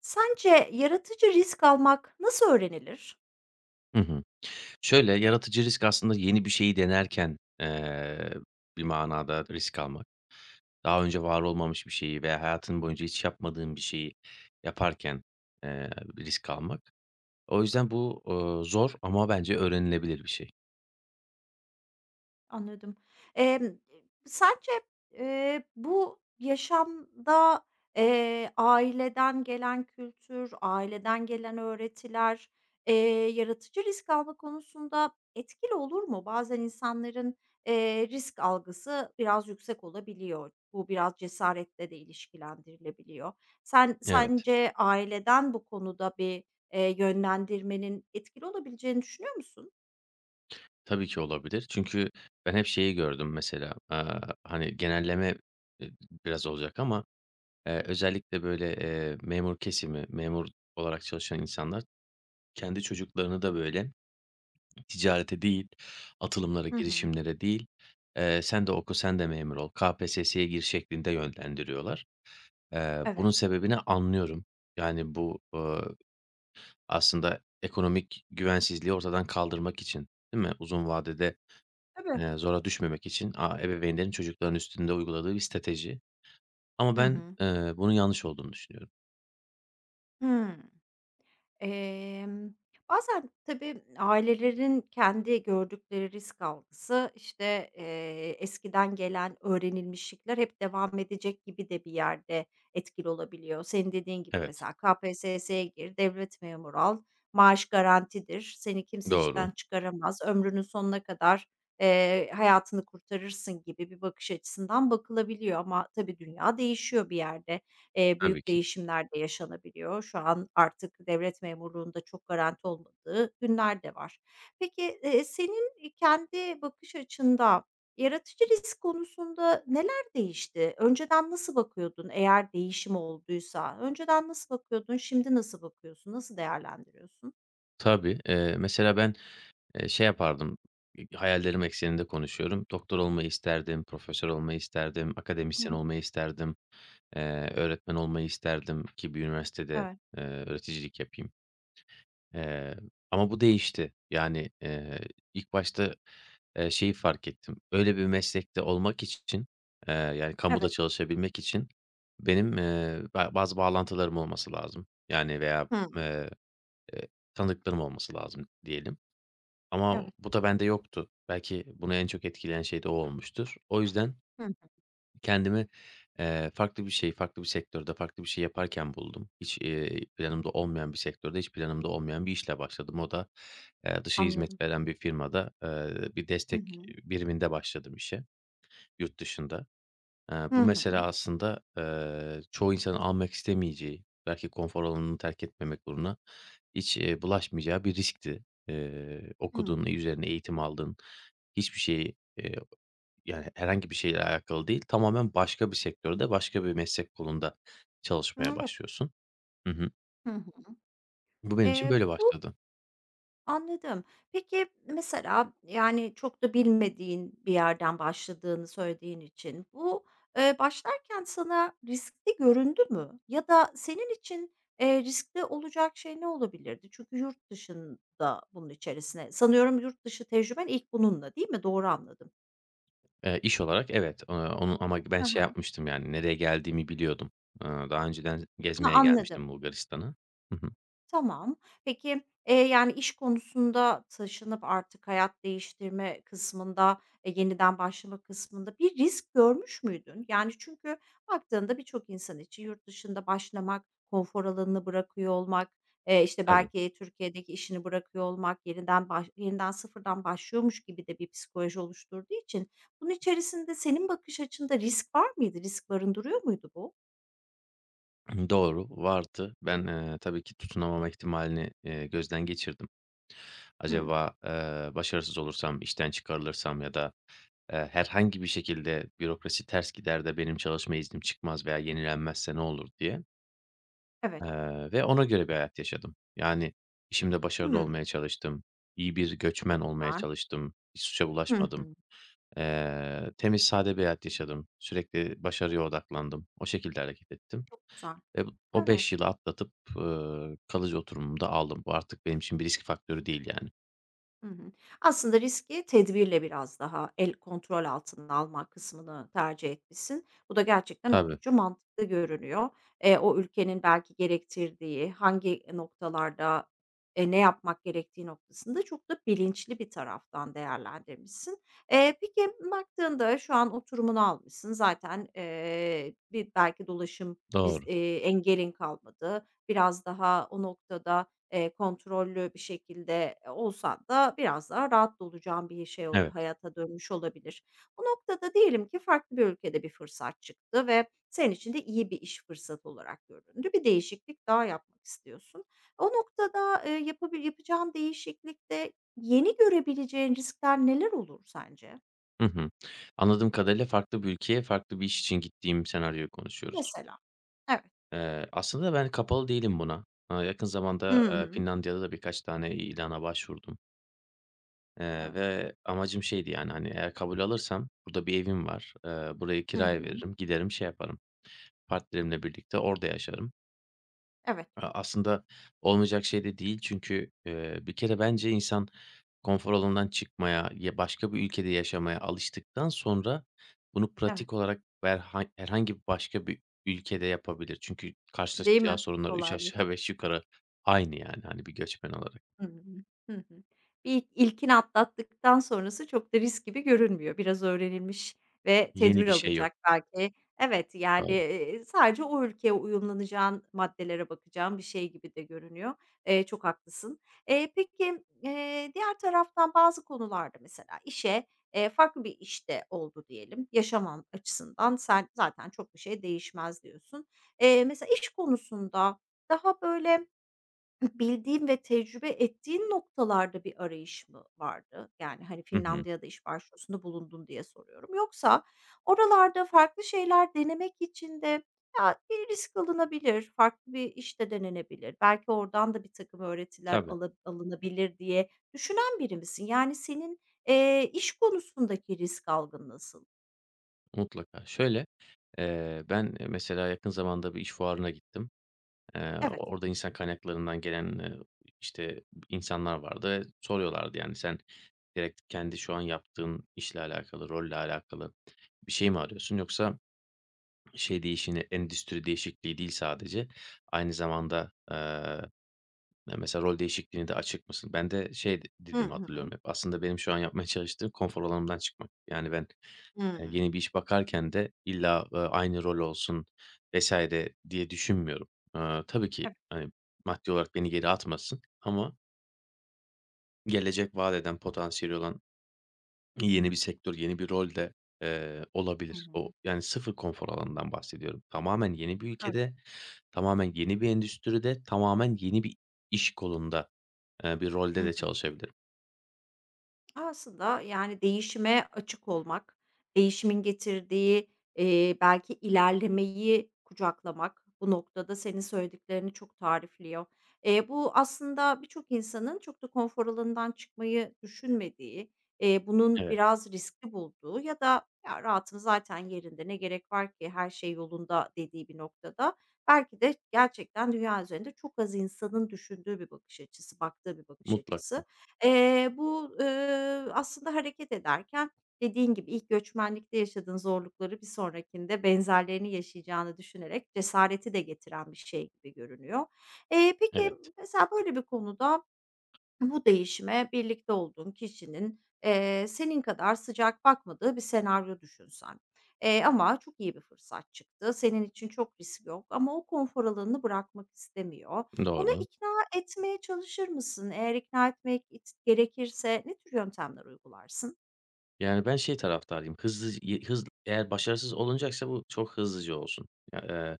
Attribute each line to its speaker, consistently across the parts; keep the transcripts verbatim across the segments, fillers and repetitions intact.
Speaker 1: Sence yaratıcı risk almak nasıl öğrenilir?
Speaker 2: Hı hı. Şöyle, yaratıcı risk aslında yeni bir şeyi denerken, eee, bir manada risk almak. Daha önce var olmamış bir şeyi veya hayatın boyunca hiç yapmadığın bir şeyi yaparken, eee, risk almak. O yüzden bu, ııı, zor ama bence öğrenilebilir bir şey.
Speaker 1: Anladım. Emm, sence, eee, bu yaşamda, eee, aileden gelen kültür, aileden gelen öğretiler, eee, yaratıcı risk alma konusunda etkili olur mu? Bazen insanların, eee, risk algısı biraz yüksek olabiliyor. Bu biraz cesaretle de ilişkilendirilebiliyor. Sen
Speaker 2: Evet,
Speaker 1: sence aileden bu konuda bir, eee, yönlendirmenin etkili olabileceğini düşünüyor musun?
Speaker 2: tabii ki olabilir. Çünkü ben hep şeyi gördüm mesela, aaa, hani, genelleme, eee, biraz olacak ama, eee, özellikle böyle, eee, memur kesimi, memur olarak çalışan insanlar kendi çocuklarını da böyle ticarete değil, atılımlara,
Speaker 1: Hı hı.
Speaker 2: girişimlere değil, eee, "Sen de oku, sen de memur ol, K P S S'ye gir." şeklinde yönlendiriyorlar. Eee, bunun
Speaker 1: Evet.
Speaker 2: sebebini anlıyorum. Yani bu, ııı, aslında ekonomik güvensizliği ortadan kaldırmak için, değil mi? Uzun vadede,
Speaker 1: Tabii.
Speaker 2: eee, zora düşmemek için a ebeveynlerin çocukların üstünde uyguladığı bir strateji. Ama
Speaker 1: Hı
Speaker 2: ben,
Speaker 1: hı.
Speaker 2: eee, bunun yanlış olduğunu düşünüyorum.
Speaker 1: Hımm. Emm, bazen tabii ailelerin kendi gördükleri risk algısı, işte, eee, eskiden gelen öğrenilmişlikler hep devam edecek gibi de bir yerde etkili olabiliyor. Senin dediğin gibi
Speaker 2: Evet,
Speaker 1: mesela K P S S'ye gir, devlet memuru al, maaş garantidir, seni kimse
Speaker 2: doğru.
Speaker 1: işten çıkaramaz, ömrünün sonuna kadar, eee, hayatını kurtarırsın gibi bir bakış açısından bakılabiliyor ama tabii dünya değişiyor bir yerde. Eee,
Speaker 2: Tabii
Speaker 1: büyük
Speaker 2: ki.
Speaker 1: değişimler de yaşanabiliyor. Şu an artık devlet memurluğunda çok garanti olmadığı günler de var. Peki, eee, senin, kendi bakış açında yaratıcı risk konusunda neler değişti? Önceden nasıl bakıyordun eğer değişim olduysa? Önceden nasıl bakıyordun, şimdi nasıl bakıyorsun? Nasıl değerlendiriyorsun?
Speaker 2: Tabii. Eee, mesela ben Eee, şey yapardım, hayallerim ekseninde konuşuyorum. Doktor olmayı isterdim, profesör olmayı isterdim,
Speaker 1: Hı
Speaker 2: akademisyen
Speaker 1: hı.
Speaker 2: olmayı isterdim, eee, öğretmen olmayı isterdim ki bir üniversitede,
Speaker 1: Evet.
Speaker 2: eee, öğreticilik yapayım. Eee, Ama bu değişti. Yani, eee, ilk başta, eee, şeyi fark ettim. Öyle bir meslekte olmak için, eee, yani kamuda
Speaker 1: Evet.
Speaker 2: çalışabilmek için benim, eee, ba bazı bağlantılarım olması lazım. Yani veya,
Speaker 1: Hıı.
Speaker 2: eee, eee, tanıdıklarım olması lazım diyelim. Ama
Speaker 1: Evet.
Speaker 2: bu da bende yoktu. Belki bunu en çok etkileyen şey de o olmuştur. O yüzden
Speaker 1: Hı.
Speaker 2: kendimi, eee, farklı bir şey, farklı bir sektörde, farklı bir şey yaparken buldum. Hiç, eee, planımda olmayan bir sektörde, hiç planımda olmayan bir işle başladım. O da, eee, dışı
Speaker 1: Anladım.
Speaker 2: hizmet veren bir firmada, eee, bir
Speaker 1: Hı
Speaker 2: destek
Speaker 1: hı.
Speaker 2: biriminde başladım işe yurt dışında. Eee,
Speaker 1: Hı
Speaker 2: bu
Speaker 1: hı.
Speaker 2: mesela aslında, eee, çoğu insanın almak istemeyeceği, belki konfor alanını terk etmemek uğruna hiç, eee, bulaşmayacağı bir riskti. Eee,
Speaker 1: Hıı.
Speaker 2: okuduğun, üzerine eğitim aldığın hiçbir şeyi, eee, yani, herhangi bir şeyle alakalı değil, tamamen başka bir sektörde, başka bir meslek kolunda çalışmaya
Speaker 1: Evet.
Speaker 2: başlıyorsun. Hı hı.
Speaker 1: Hı hı.
Speaker 2: Bu benim için
Speaker 1: Eee,
Speaker 2: böyle
Speaker 1: bu
Speaker 2: başladı.
Speaker 1: Anladım. Peki, mesela, yani, çok da bilmediğin bir yerden başladığını söylediğin için bu, eee, başlarken sana riskli göründü mü? Ya da senin için, eee, riskli olacak şey ne olabilirdi? Çünkü yurt dışında bunun içerisine sanıyorum yurt dışı tecrüben ilk bununla, değil mi? Doğru anladım.
Speaker 2: Eee, iş olarak evet, eee, onu ama ben
Speaker 1: Hı
Speaker 2: şey
Speaker 1: hı.
Speaker 2: yapmıştım, yani, nereye geldiğimi biliyordum. Eee, daha önceden
Speaker 1: Ha,
Speaker 2: gezmeye gelmiştim
Speaker 1: anladım.
Speaker 2: Bulgaristan'a. Hı hı.
Speaker 1: Tamam. Peki, eee, yani, iş konusunda taşınıp artık hayat değiştirme kısmında, eee, yeniden başlama kısmında bir risk görmüş müydün? Yani, çünkü baktığında birçok insan için yurt dışında başlamak, konfor alanını bırakıyor olmak, eee, işte,
Speaker 2: Tabii.
Speaker 1: belki Türkiye'deki işini bırakıyor olmak, yeniden baş yeniden sıfırdan başlıyormuş gibi de bir psikoloji oluşturduğu için bunun içerisinde senin bakış açında risk var mıydı? Risk barındırıyor muydu bu?
Speaker 2: Doğru, vardı. Ben, eee, tabii ki tutunamama ihtimalini, eee, gözden geçirdim.
Speaker 1: Hımm.
Speaker 2: Acaba, eee, başarısız olursam, işten çıkarılırsam ya da Eee, herhangi bir şekilde bürokrasi ters gider de benim çalışma iznim çıkmaz veya yenilenmezse ne olur diye,
Speaker 1: Evet.
Speaker 2: eee, ve ona göre bir hayat yaşadım. Yani işimde başarılı
Speaker 1: Hımm.
Speaker 2: olmaya çalıştım, iyi bir göçmen
Speaker 1: Çok
Speaker 2: olmaya
Speaker 1: güzel.
Speaker 2: çalıştım, hiç suça
Speaker 1: Hı
Speaker 2: bulaşmadım.
Speaker 1: hı.
Speaker 2: Eee, temiz, sade bir hayat yaşadım. Sürekli başarıya odaklandım. O şekilde hareket ettim
Speaker 1: Güzel.
Speaker 2: ve bu o
Speaker 1: Evet.
Speaker 2: beş yılı atlatıp, ııı, kalıcı oturumumu da aldım. Bu artık benim için bir risk faktörü değil yani.
Speaker 1: Hı hı. Aslında riski tedbirle biraz daha el kontrol altına alma kısmını tercih etmişsin. Bu da gerçekten
Speaker 2: Tabii,
Speaker 1: oldukça mantıklı görünüyor. Eee, o ülkenin belki gerektirdiği, hangi noktalarda, eee, ne yapmak gerektiği noktasında çok da bilinçli bir taraftan değerlendirmişsin. Eee, peki baktığında şu an oturumunu almışsın. Zaten, eee, bir belki dolaşım, biz
Speaker 2: doğru.
Speaker 1: eee, engelin kalmadı. Biraz daha o noktada Eee, kontrollü bir şekilde olsan da biraz daha rahat da olacağın bir şey o
Speaker 2: Evet.
Speaker 1: hayata dönmüş olabilir. Bu noktada diyelim ki farklı bir ülkede bir fırsat çıktı ve senin için de iyi bir iş fırsatı olarak göründü. Bir değişiklik daha yapmak istiyorsun. O noktada, eee, yapabil yapacağın değişiklikte yeni görebileceğin riskler neler olur sence?
Speaker 2: Hı hı. Anladığım kadarıyla farklı bir ülkeye, farklı bir iş için gittiğim senaryoyu konuşuyoruz.
Speaker 1: Mesela. Evet.
Speaker 2: Eee, aslında ben kapalı değilim buna. Aaa, yakın
Speaker 1: Hı
Speaker 2: zamanda, eee,
Speaker 1: hı.
Speaker 2: Finlandiya'da da birkaç tane ilana başvurdum, eee,
Speaker 1: Evet.
Speaker 2: ve amacım şeydi, yani, hani, eğer kabul alırsam burada bir evim var, eee, burayı
Speaker 1: Hı
Speaker 2: kiraya
Speaker 1: hı.
Speaker 2: veririm, giderim, şey yaparım, partnerimle birlikte orada yaşarım.
Speaker 1: Evet,
Speaker 2: A aslında olmayacak şey de değil çünkü, eee, bir kere bence insan konfor alanından çıkmaya, ya, başka bir ülkede yaşamaya alıştıktan sonra bunu
Speaker 1: evet.
Speaker 2: pratik olarak berha herhangi bir başka bir ülkede yapabilir. Çünkü
Speaker 1: Değil
Speaker 2: karşılaşacağı
Speaker 1: mi?
Speaker 2: sorunlar üç
Speaker 1: Kolaylaş
Speaker 2: aşağı beş yukarı aynı yani, hani, bir göçmen olarak.
Speaker 1: Hı hı. Hı hı. Bir ilkini atlattıktan sonrası çok da risk gibi görünmüyor. Biraz öğrenilmiş ve
Speaker 2: Yeni
Speaker 1: tedbir
Speaker 2: bir şey yok.
Speaker 1: alınacak belki. Evet, yani,
Speaker 2: Doğru.
Speaker 1: eee, sadece o ülkeye uyumlanacağın maddelere bakacağın bir şey gibi de görünüyor. Eee, çok haklısın. Eee, peki, eee, diğer taraftan bazı konularda mesela işe, eee, farklı bir işte oldu diyelim, Yaşamam açısından sen zaten çok bir şey değişmez diyorsun. Eee, mesela iş konusunda daha böyle Bildiğin ve tecrübe ettiğin noktalarda bir arayış mı vardı? Yani, hani,
Speaker 2: Hı hı.
Speaker 1: Finlandiya'da iş başvurusunda bulundun diye soruyorum. Yoksa oralarda farklı şeyler denemek için de, ya, bir risk alınabilir, farklı bir işte denenebilir, belki oradan da bir takım öğretiler
Speaker 2: Tabii,
Speaker 1: ala alınabilir diye düşünen biri misin? Yani, senin, eee, iş konusundaki risk algın nasıl?
Speaker 2: mutlaka. Şöyle, eee, ben, e, mesela yakın zamanda bir iş fuarına gittim. Eee,
Speaker 1: Evet.
Speaker 2: orada insan kaynaklarından gelen, eee, işte, insanlar vardı ve soruyorlardı, yani, "Sen direkt kendi şu an yaptığın işle alakalı, rolle alakalı bir şey mi arıyorsun yoksa şey değişini endüstri değişikliği değil sadece, aynı zamanda, eee, mesela rol değişikliğine de açık mısın?" Ben de şey de
Speaker 1: Hı
Speaker 2: dediğimi
Speaker 1: hı.
Speaker 2: hatırlıyorum hep, aslında benim şu an yapmaya çalıştığım konfor alanımdan çıkmak. Yani ben, eee,
Speaker 1: Hımm.
Speaker 2: yeni bir iş bakarken de illa, eee, aynı rol olsun vesaire diye düşünmüyorum. Eee, tabii ki,
Speaker 1: Evet.
Speaker 2: hani, maddi olarak beni geri atmasın ama gelecek vaat eden, potansiyeli olan yeni bir sektör, yeni bir rol de, eee,
Speaker 1: Hı
Speaker 2: olabilir. O
Speaker 1: hı.
Speaker 2: yani sıfır konfor alanından bahsediyorum. Tamamen yeni bir
Speaker 1: Evet.
Speaker 2: ülkede, tamamen yeni bir endüstride, tamamen yeni bir iş kolunda, eee, bir rolde
Speaker 1: Hı
Speaker 2: de
Speaker 1: hı.
Speaker 2: çalışabilirim.
Speaker 1: Aslında, yani, değişime açık olmak, değişimin getirdiği, eee, belki ilerlemeyi kucaklamak bu noktada senin söylediklerini çok tarifliyor. Eee, bu aslında birçok insanın çok da konfor alanından çıkmayı düşünmediği, eee, bunun
Speaker 2: Evet,
Speaker 1: biraz riskli bulduğu ya da "Ya, rahatım zaten yerinde, ne gerek var ki, her şey yolunda." dediği bir noktada belki de gerçekten dünya üzerinde çok az insanın düşündüğü bir bakış açısı, baktığı bir bakış
Speaker 2: mutlaka.
Speaker 1: açısı. Eee, bu, ııı, aslında hareket ederken dediğin gibi ilk göçmenlikte yaşadığın zorlukları bir sonrakinde benzerlerini yaşayacağını düşünerek cesareti de getiren bir şey gibi görünüyor. Eee, peki,
Speaker 2: Evet,
Speaker 1: mesela böyle bir konuda bu değişime birlikte olduğun kişinin, eee, senin kadar sıcak bakmadığı bir senaryo düşünsen, eee, ama çok iyi bir fırsat çıktı. Senin için çok risk yok ama o konfor alanını bırakmak istemiyor. Onu
Speaker 2: doğru.
Speaker 1: ikna etmeye çalışır mısın? Eğer ikna etmek it gerekirse ne tür yöntemler uygularsın?
Speaker 2: Yani ben şey taraftarıyım, hızlıc y hız eğer başarısız olunacaksa bu çok hızlıca olsun. Ya,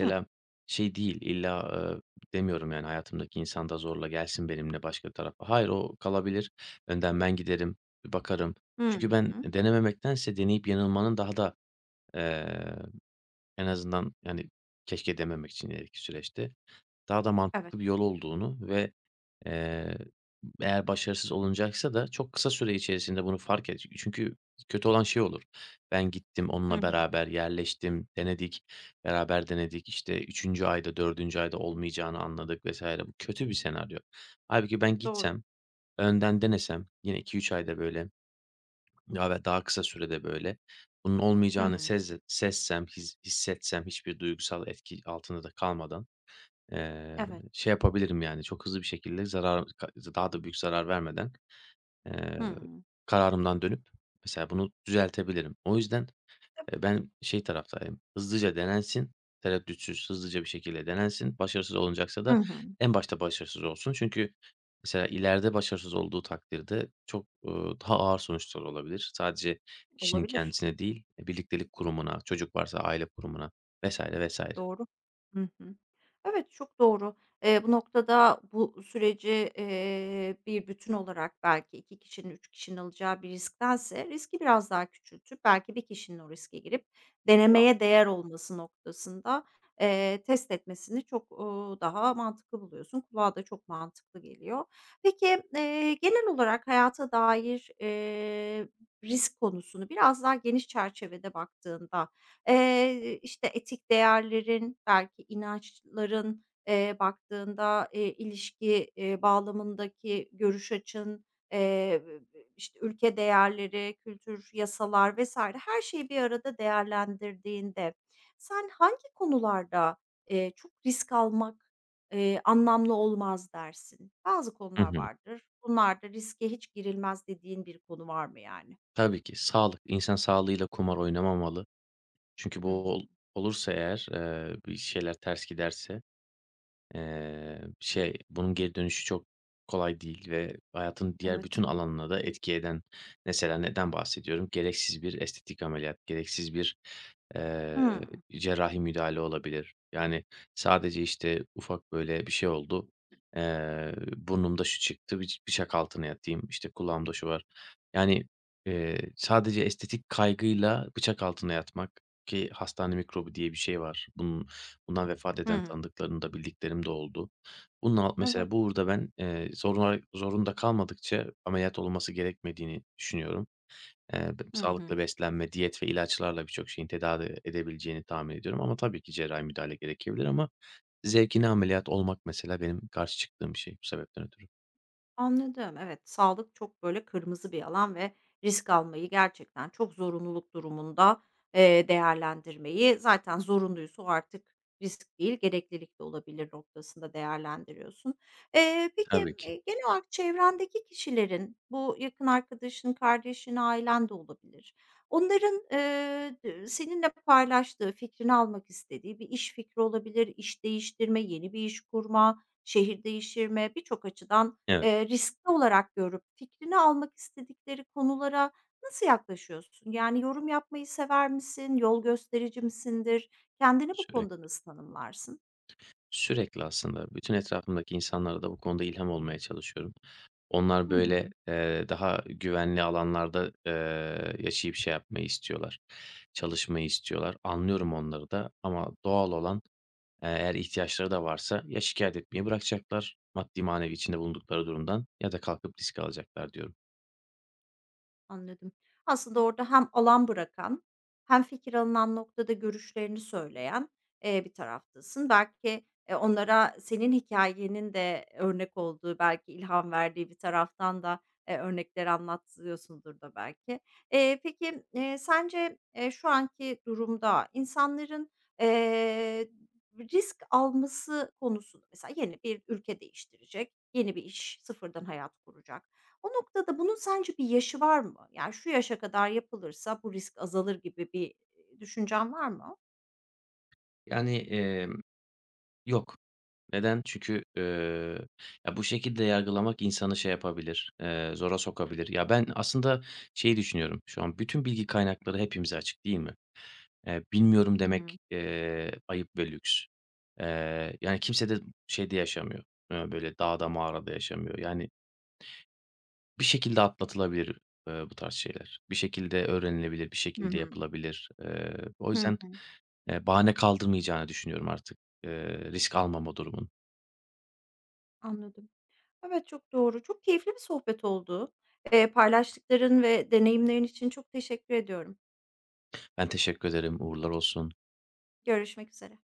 Speaker 1: Hı.
Speaker 2: şey değil, illa, eee, demiyorum yani hayatımdaki insan da zorla gelsin benimle başka tarafa. Hayır, o kalabilir. Önden ben giderim, bir bakarım. Çünkü
Speaker 1: Hı
Speaker 2: ben
Speaker 1: hı.
Speaker 2: denememektense deneyip yanılmanın daha da, eee, en azından, yani, keşke dememek için ileriki süreçte daha da
Speaker 1: Evet.
Speaker 2: mantıklı bir yol olduğunu ve, eee, eğer başarısız olunacaksa da çok kısa süre içerisinde bunu fark edecek. Çünkü kötü olan şey olur. Ben gittim,
Speaker 1: Hı
Speaker 2: onunla
Speaker 1: hı.
Speaker 2: beraber yerleştim, denedik, beraber denedik, İşte üçüncü ayda, dördüncü ayda olmayacağını anladık vesaire. Bu kötü bir senaryo. Hâlbuki ben
Speaker 1: Doğru.
Speaker 2: gitsem, önden denesem, yine iki üç ayda, böyle, ya ve daha kısa sürede, böyle, bunun
Speaker 1: Hı
Speaker 2: olmayacağını
Speaker 1: hı.
Speaker 2: sezze sezsem, his hissetsem hiçbir duygusal etki altında da kalmadan Eee,
Speaker 1: Evet.
Speaker 2: şey yapabilirim, yani, çok hızlı bir şekilde zarar ka daha da büyük zarar vermeden,
Speaker 1: Hı
Speaker 2: eee,
Speaker 1: hı.
Speaker 2: kararımdan dönüp mesela bunu düzeltebilirim. O yüzden, eee,
Speaker 1: Tabii.
Speaker 2: ben şey taraftayım. Hızlıca denensin, tereddütsüz, hızlıca bir şekilde denensin. Başarısız olunacaksa
Speaker 1: Hı
Speaker 2: da
Speaker 1: hı.
Speaker 2: en başta başarısız olsun. Çünkü mesela ileride başarısız olduğu takdirde çok, ııı, daha ağır sonuçlar olabilir. Sadece kişinin
Speaker 1: Olabilir.
Speaker 2: kendisine değil, e, birliktelik kurumuna, çocuk varsa aile kurumuna vesaire vesaire.
Speaker 1: Doğru. Hı hı. Evet, çok doğru. Eee, bu noktada bu süreci, eee, bir bütün olarak belki iki kişinin, üç kişinin alacağı bir risktense riski biraz daha küçültüp belki bir kişinin o riske girip
Speaker 2: Bravo.
Speaker 1: denemeye değer olması noktasında, eee, test etmesini çok, uuu, daha mantıklı buluyorsun. Kulağa da çok mantıklı geliyor. Peki, eee, genel olarak hayata dair, eee, risk konusunu biraz daha geniş çerçevede baktığında Eee, işte, etik değerlerin, belki inançların, eee, baktığında, eee, ilişki, eee, bağlamındaki görüş açın, eee, işte, ülke değerleri, kültür, yasalar vesaire her şeyi bir arada değerlendirdiğinde sen hangi konularda, eee, çok risk almak, eee, anlamlı olmaz dersin? Bazı
Speaker 2: Hı
Speaker 1: konular
Speaker 2: hı.
Speaker 1: vardır. Bunlarda riske hiç girilmez dediğin bir konu var mı yani?
Speaker 2: Tabii ki. Sağlık. İnsan sağlığıyla kumar oynamamalı. Çünkü
Speaker 1: Hı
Speaker 2: bu ol
Speaker 1: hı.
Speaker 2: olursa eğer, eee, bir şeyler ters giderse, Eee, şey, bunun geri dönüşü çok kolay değil ve hayatın diğer bütün
Speaker 1: Evet.
Speaker 2: alanına da etki eden mesela neden bahsediyorum? Gereksiz bir estetik ameliyat, gereksiz bir, eee,
Speaker 1: Hımm.
Speaker 2: cerrahi müdahale olabilir. Yani sadece, işte, ufak böyle bir şey oldu, eee, burnumda şu çıktı, bir bıçak altına yatayım, işte, kulağımda şu var. Yani, eee, sadece estetik kaygıyla bıçak altına yatmak ki hastane mikrobu diye bir şey var. Bunun bundan vefat eden
Speaker 1: Hımm.
Speaker 2: tanıdıklarım da, bildiklerim de oldu. Bununla mesela
Speaker 1: Evet.
Speaker 2: burada ben, eee, zoruna zorunda kalmadıkça ameliyat olması gerekmediğini düşünüyorum. Eee, b
Speaker 1: Hı hı.
Speaker 2: sağlıklı beslenme, diyet ve ilaçlarla birçok şeyin tedavi edebileceğini tahmin ediyorum ama tabii ki cerrahi müdahale gerekebilir ama zevkine ameliyat olmak mesela benim karşı çıktığım bir şey bu sebepten ötürü.
Speaker 1: Anladım. Evet, sağlık çok böyle kırmızı bir alan ve risk almayı gerçekten çok zorunluluk durumunda, eee, değerlendirmeyi zaten zorunluysa o artık risk değil, gereklilik de olabilir noktasında değerlendiriyorsun. Eee, peki,
Speaker 2: Tabii ki.
Speaker 1: eee, genel olarak çevrendeki kişilerin, bu yakın arkadaşın, kardeşin, ailen de olabilir. Onların, eee, d seninle paylaştığı, fikrini almak istediği bir iş fikri olabilir, iş değiştirme, yeni bir iş kurma, şehir değiştirme birçok açıdan
Speaker 2: Evet,
Speaker 1: Eee, riskli olarak görüp fikrini almak istedikleri konulara nasıl yaklaşıyorsun? Yani yorum yapmayı sever misin? Yol gösterici misindir? Kendini bu konuda
Speaker 2: sürekli.
Speaker 1: nasıl tanımlarsın?
Speaker 2: Sürekli aslında. Bütün etrafımdaki insanlara da bu konuda ilham olmaya çalışıyorum. Onlar,
Speaker 1: Hı
Speaker 2: böyle,
Speaker 1: hı.
Speaker 2: eee, daha güvenli alanlarda, eee, yaşayıp şey yapmayı istiyorlar, çalışmayı istiyorlar. Anlıyorum onları da ama doğal olan, eee, eğer ihtiyaçları da varsa ya şikayet etmeyi bırakacaklar, maddi manevi içinde bulundukları durumdan ya da kalkıp risk alacaklar diyorum.
Speaker 1: Anladım. Aslında orada hem alan bırakan hem fikir alınan noktada görüşlerini söyleyen, eee, bir taraftasın. Belki, eee, onlara senin hikayenin de örnek olduğu, belki ilham verdiği bir taraftan da, eee, örnekleri anlatıyorsundur da belki. Eee, peki, eee, sence, eee, şu anki durumda insanların, eee, risk alması konusu mesela yeni bir ülke değiştirecek, yeni bir iş, sıfırdan hayat kuracak. O noktada bunun sence bir yaşı var mı? Yani, "Şu yaşa kadar yapılırsa bu risk azalır." gibi bir, eee, düşüncen var mı?
Speaker 2: Yani, emm, yok. Neden? Çünkü, eee, ya, bu şekilde yargılamak insanı şey yapabilir, eee, zora sokabilir. Ya, ben aslında şeyi düşünüyorum şu an, bütün bilgi kaynakları hepimize açık değil mi? Eee, bilmiyorum
Speaker 1: Hı
Speaker 2: demek,
Speaker 1: hı.
Speaker 2: eee, ayıp ve lüks. Eee, yani, kimse de şeyde yaşamıyor, eee, böyle dağda mağarada yaşamıyor. Yani, bir şekilde atlatılabilir, eee, bu tarz şeyler. Bir şekilde öğrenilebilir, bir
Speaker 1: Hı
Speaker 2: şekilde
Speaker 1: hı.
Speaker 2: yapılabilir. Eee, o
Speaker 1: Hı
Speaker 2: yüzden,
Speaker 1: hı.
Speaker 2: eee, bahane kaldırmayacağını düşünüyorum artık, eee, risk almama durumun.
Speaker 1: Anladım. Evet, çok doğru. Çok keyifli bir sohbet oldu. Eee, paylaştıkların ve deneyimlerin için çok teşekkür ediyorum.
Speaker 2: Ben teşekkür ederim, uğurlar olsun.
Speaker 1: Görüşmek üzere.